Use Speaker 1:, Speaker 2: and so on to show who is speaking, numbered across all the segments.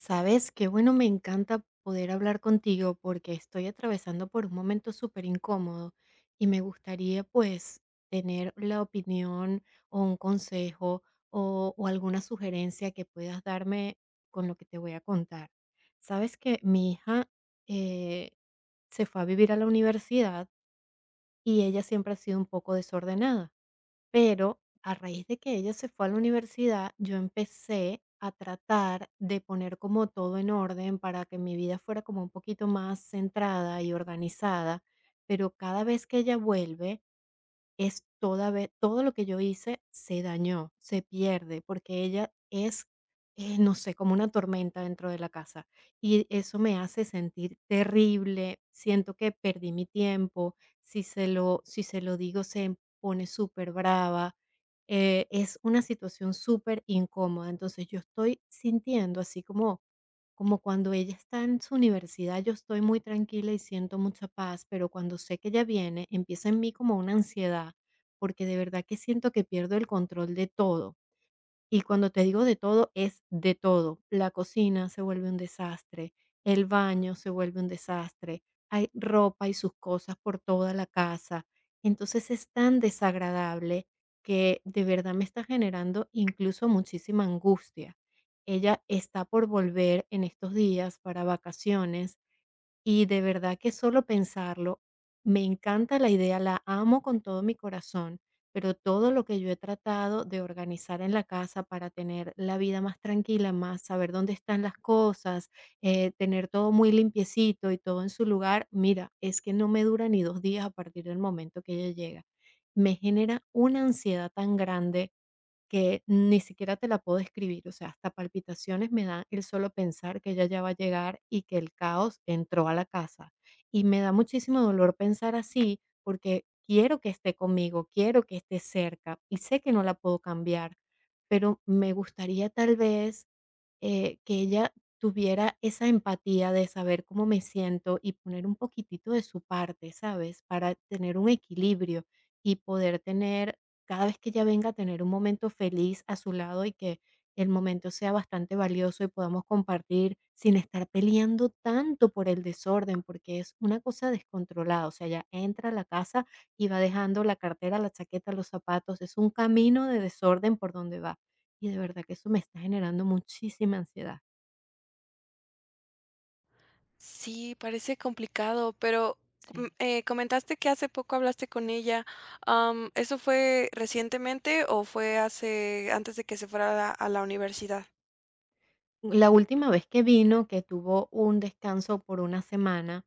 Speaker 1: Sabes, qué bueno, me encanta poder hablar contigo porque estoy atravesando por un momento súper incómodo y me gustaría pues tener la opinión o un consejo o alguna sugerencia que puedas darme con lo que te voy a contar. Sabes que mi hija eh, se fue a vivir a la universidad y ella siempre ha sido un poco desordenada. Pero a raíz de que ella se fue a la universidad, yo empecé a tratar de poner como todo en orden para que mi vida fuera como un poquito más centrada y organizada, pero cada vez que ella vuelve, es toda vez todo lo que yo hice se dañó, se pierde, porque ella es, no sé, como una tormenta dentro de la casa. Y eso me hace sentir terrible, siento que perdí mi tiempo, si se lo digo se pone superbrava. Es una situación súper incómoda. Entonces yo estoy sintiendo así como cuando ella está en su universidad, yo estoy muy tranquila y siento mucha paz, pero cuando sé que ella viene, empieza en mí como una ansiedad, porque de verdad que siento que pierdo el control de todo. Y cuando te digo de todo, es de todo. La cocina se vuelve un desastre, el baño se vuelve un desastre, hay ropa y sus cosas por toda la casa. Entonces es tan desagradable que de verdad me está generando incluso muchísima angustia. Ella está por volver en estos días para vacaciones y de verdad que solo pensarlo, me encanta la idea, la amo con todo mi corazón, pero todo lo que yo he tratado de organizar en la casa para tener la vida más tranquila, más saber dónde están las cosas, tener todo muy limpiecito y todo en su lugar, mira, es que no me dura ni 2 días a partir del momento que ella llega. Me genera una ansiedad tan grande que ni siquiera te la puedo escribir, o sea, hasta palpitaciones me da el solo pensar que ella ya va a llegar y que el caos entró a la casa. Y me da muchísimo dolor pensar así porque quiero que esté conmigo, quiero que esté cerca y sé que no la puedo cambiar, pero me gustaría tal vez que ella tuviera esa empatía de saber cómo me siento y poner un poquitito de su parte, ¿sabes? Para tener un equilibrio y poder tener, cada vez que ella venga, tener un momento feliz a su lado y que el momento sea bastante valioso y podamos compartir sin estar peleando tanto por el desorden, porque es una cosa descontrolada. O sea, ella entra a la casa y va dejando la cartera, la chaqueta, los zapatos. Es un camino de desorden por donde va y de verdad que eso me está generando muchísima ansiedad.
Speaker 2: Sí, parece complicado, pero
Speaker 1: Sí.
Speaker 2: comentaste que hace poco hablaste con ella. ¿Eso fue recientemente o fue hace antes de que se fuera a la universidad?
Speaker 1: La última vez que vino, que tuvo un descanso por una semana,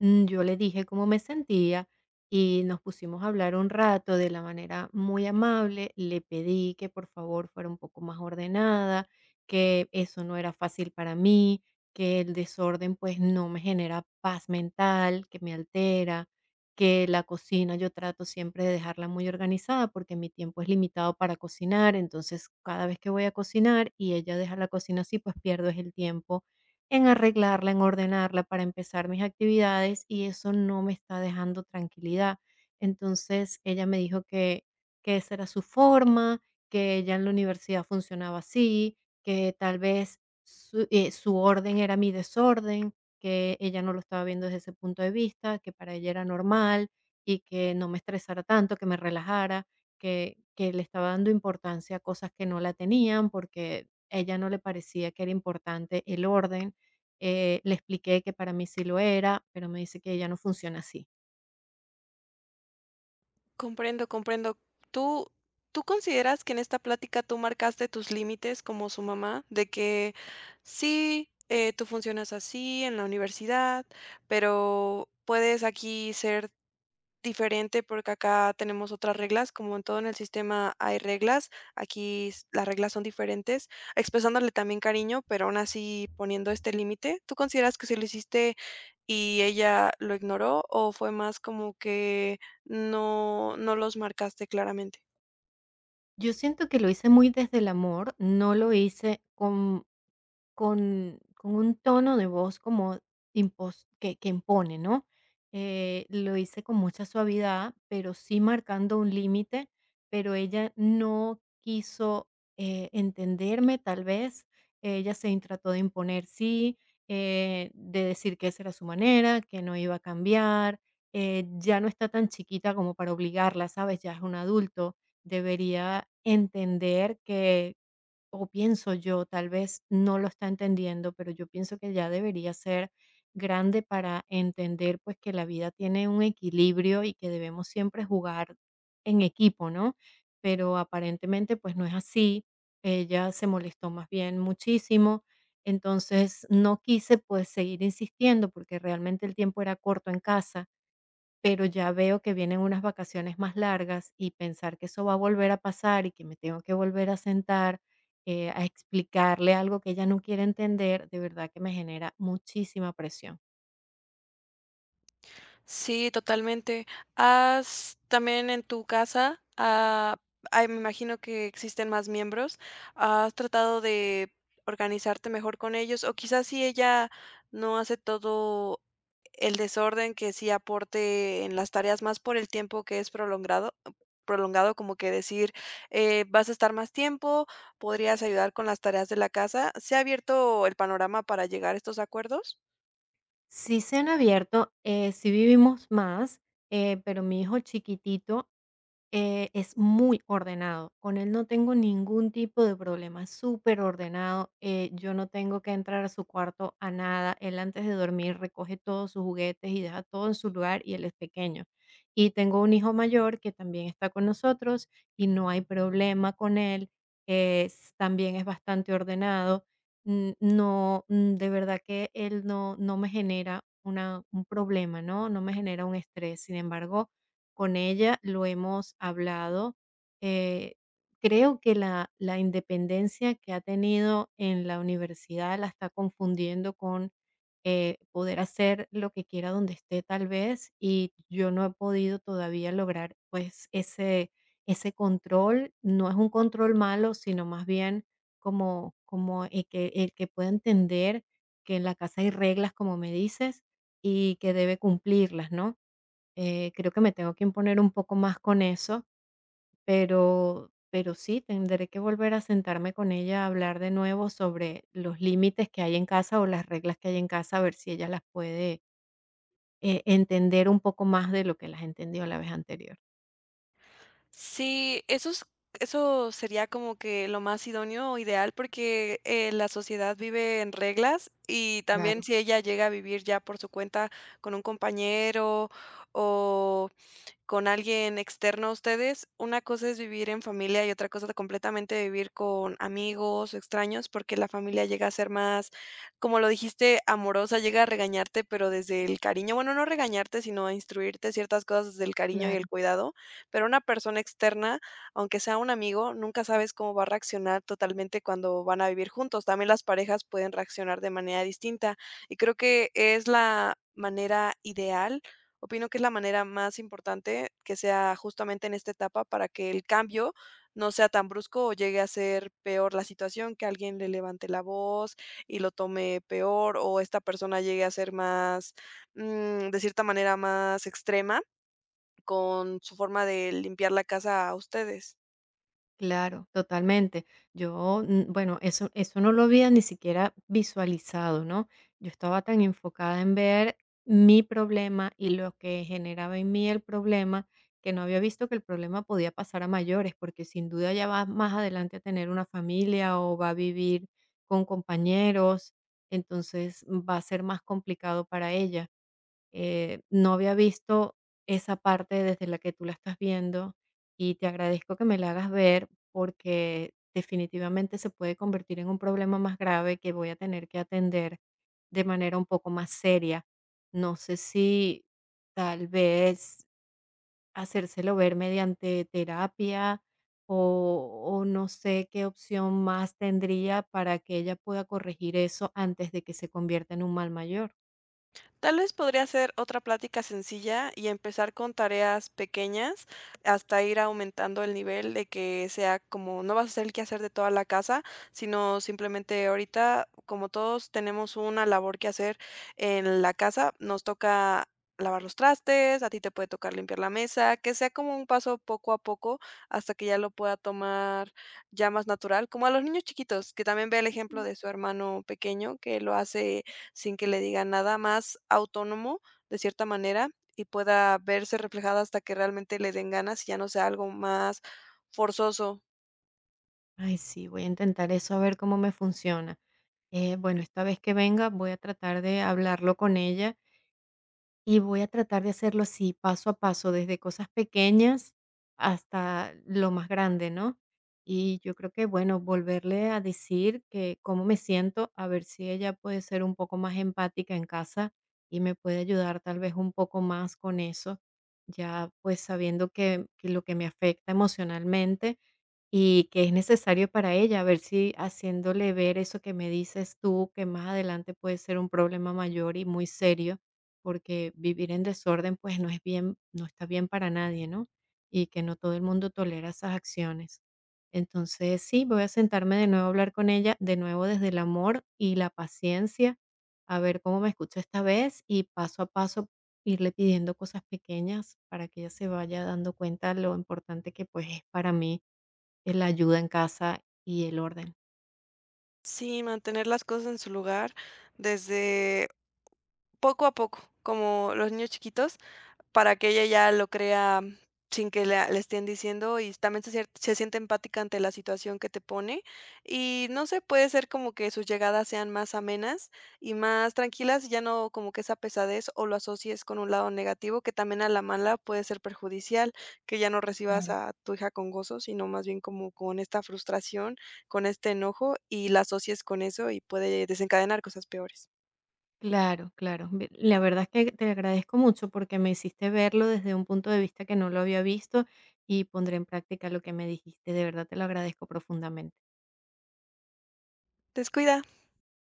Speaker 1: Yo le dije cómo me sentía y nos pusimos a hablar un rato de la manera muy amable. Le pedí que por favor fuera un poco más ordenada, que eso no era fácil para mí, que el desorden pues no me genera paz mental, que me altera, que la cocina yo trato siempre de dejarla muy organizada porque mi tiempo es limitado para cocinar, entonces cada vez que voy a cocinar y ella deja la cocina así, pues pierdo es el tiempo en arreglarla, en ordenarla para empezar mis actividades y eso no me está dejando tranquilidad. Entonces ella me dijo que esa era su forma, que ella en la universidad funcionaba así, que tal vez su orden era mi desorden, que ella no lo estaba viendo desde ese punto de vista, que para ella era normal y que no me estresara tanto, que me relajara, que le estaba dando importancia a cosas que no la tenían porque a ella no le parecía que era importante el orden. Le expliqué que para mí sí lo era, pero me dice que ella no funciona así.
Speaker 2: Comprendo, comprendo. ¿Tú, ¿Tú consideras que en esta plática tú marcaste tus límites como su mamá? De que sí, tú funcionas así en la universidad, pero puedes aquí ser diferente, porque acá tenemos otras reglas, como en todo en el sistema hay reglas, aquí las reglas son diferentes, expresándole también cariño, pero aún así poniendo este límite. ¿Tú consideras que si lo hiciste y ella lo ignoró, o fue más como que no los marcaste claramente?
Speaker 1: Yo siento que lo hice muy desde el amor, no lo hice con un tono de voz como impos que impone, ¿no? Lo hice con mucha suavidad, pero sí marcando un límite, pero ella no quiso, entenderme, tal vez. Ella se trató de imponer, sí, de decir que esa era su manera, que no iba a cambiar. Ya no está tan chiquita como para obligarla, ¿sabes? Ya es un adulto. Debería entender que, o pienso yo, tal vez no lo está entendiendo, pero yo pienso que ya debería ser grande para entender pues que la vida tiene un equilibrio y que debemos siempre jugar en equipo, ¿no? Pero aparentemente pues no es así. Ella se molestó más bien muchísimo. Entonces no quise pues seguir insistiendo porque realmente el tiempo era corto en casa. Pero ya veo que vienen unas vacaciones más largas y pensar que eso va a volver a pasar y que me tengo que volver a sentar, a explicarle algo que ella no quiere entender, de verdad que me genera muchísima presión.
Speaker 2: Sí, totalmente. ¿Has también en tu casa, ay, me imagino que existen más miembros, has tratado de organizarte mejor con ellos? O quizás, si ella no hace todo el desorden, que sí aporte en las tareas, más por el tiempo que es prolongado, como que decir, vas a estar más tiempo, podrías ayudar con las tareas de la casa. ¿Se ha abierto el panorama para llegar a estos acuerdos?
Speaker 1: Sí se han abierto, sí vivimos más, pero mi hijo chiquitito. Es muy ordenado. Con él no tengo ningún tipo de problema, es súper ordenado. Yo no tengo que entrar a su cuarto a nada. Él antes de dormir recoge todos sus juguetes y deja todo en su lugar, y él es pequeño. Y tengo un hijo mayor que también está con nosotros y no hay problema con él, es también es bastante ordenado. N no, mm, De verdad que él no me genera una un problema, ¿no? No me genera un estrés. Sin embargo, con ella, lo hemos hablado. eh, Creo que la independencia que ha tenido en la universidad la está confundiendo con, poder hacer lo que quiera donde esté tal vez y yo no he podido todavía lograr pues ese, control. No es un control malo, sino más bien como el que pueda entender que en la casa hay reglas, como me dices, y que debe cumplirlas, ¿no? Creo que me tengo que imponer un poco más con eso, pero sí, tendré que volver a sentarme con ella a hablar de nuevo sobre los límites que hay en casa o las reglas que hay en casa, a ver si ella las puede, entender un poco más de lo que las entendió la vez anterior.
Speaker 2: Sí, eso sería como que lo más idóneo o ideal, porque, la sociedad vive en reglas, y también
Speaker 1: Claro,
Speaker 2: si ella llega a vivir ya por su cuenta con un compañero o con alguien externo a ustedes. Una cosa es vivir en familia y otra cosa completamente vivir con amigos o extraños, porque la familia llega a ser más, como lo dijiste, amorosa, llega a regañarte, pero desde el cariño. Bueno, no regañarte, sino a instruirte ciertas cosas desde el cariño y el
Speaker 1: claro.
Speaker 2: cuidado, pero una persona externa, aunque sea un amigo, nunca sabes cómo va a reaccionar totalmente cuando van a vivir juntos. También las parejas pueden reaccionar de manera distinta, y creo que es la manera ideal. Opino que es la manera más importante, que sea justamente en esta etapa, para que el cambio no sea tan brusco o llegue a ser peor la situación, que alguien le levante la voz y lo tome peor, o esta persona llegue a ser más, de cierta manera, más extrema con su forma de limpiar la casa a ustedes.
Speaker 1: Claro, totalmente. Yo, bueno, eso no lo había ni siquiera visualizado, ¿no? Yo estaba tan enfocada en ver mi problema y lo que generaba en mí el problema, que no había visto que el problema podía pasar a mayores, porque sin duda ya va más adelante a tener una familia o va a vivir con compañeros, entonces va a ser más complicado para ella. No había visto esa parte desde la que tú la estás viendo y te agradezco que me la hagas ver porque definitivamente se puede convertir en un problema más grave que voy a tener que atender de manera un poco más seria. No sé si tal vez hacérselo ver mediante terapia o no sé qué opción más tendría para que ella pueda corregir eso antes de que se convierta en un mal mayor.
Speaker 2: Tal vez podría ser otra plática sencilla y empezar con tareas pequeñas, hasta ir aumentando el nivel, de que sea como no vas a ser el quehacer de toda la casa, sino simplemente ahorita, como todos tenemos una labor que hacer en la casa, nos toca lavar los trastes, a ti te puede tocar limpiar la mesa, que sea como un paso poco a poco, hasta que ya lo pueda tomar ya más natural, como a los niños chiquitos, que también ve el ejemplo de su hermano pequeño, que lo hace sin que le diga nada, más autónomo de cierta manera, y pueda verse reflejada hasta que realmente le den ganas y ya no sea algo más forzoso.
Speaker 1: Ay, sí, voy a intentar eso a ver cómo me funciona. Bueno, esta vez que venga voy a tratar de hablarlo con ella y voy a tratar de hacerlo así, paso a paso, desde cosas pequeñas hasta lo más grande, ¿no? Y yo creo que, bueno, volverle a decir que cómo me siento, a ver si ella puede ser un poco más empática en casa y me puede ayudar tal vez un poco más con eso, ya pues sabiendo que lo que me afecta emocionalmente y que es necesario para ella, a ver si haciéndole ver eso que me dices tú, que más adelante puede ser un problema mayor y muy serio porque vivir en desorden, pues no es bien, no está bien para nadie, ¿no? Y que no todo el mundo tolera esas acciones. Entonces, sí, voy a sentarme de nuevo a hablar con ella, de nuevo desde el amor y la paciencia, a ver cómo me escucha esta vez y paso a paso irle pidiendo cosas pequeñas para que ella se vaya dando cuenta lo importante que pues es para mí la ayuda en casa y el orden.
Speaker 2: Sí, mantener las cosas en su lugar desde poco a poco, como los niños chiquitos. Para que ella ya lo crea sin que la le estén diciendo, y también se sier se siente empática ante la situación que te pone. Y no sé, puede ser como que sus llegadas sean más amenas y más tranquilas, y ya no como que esa pesadez, o lo asocies con un lado negativo, que también a la mala puede ser perjudicial, que ya no recibas a tu hija con gozo, sino más bien como con esta frustración, con este enojo, y la asocies con eso, y puede desencadenar cosas peores.
Speaker 1: Claro, claro. La verdad es que te agradezco mucho porque me hiciste verlo desde un punto de vista que no lo había visto y pondré en práctica lo que me dijiste. De verdad te lo agradezco profundamente.
Speaker 2: Descuida.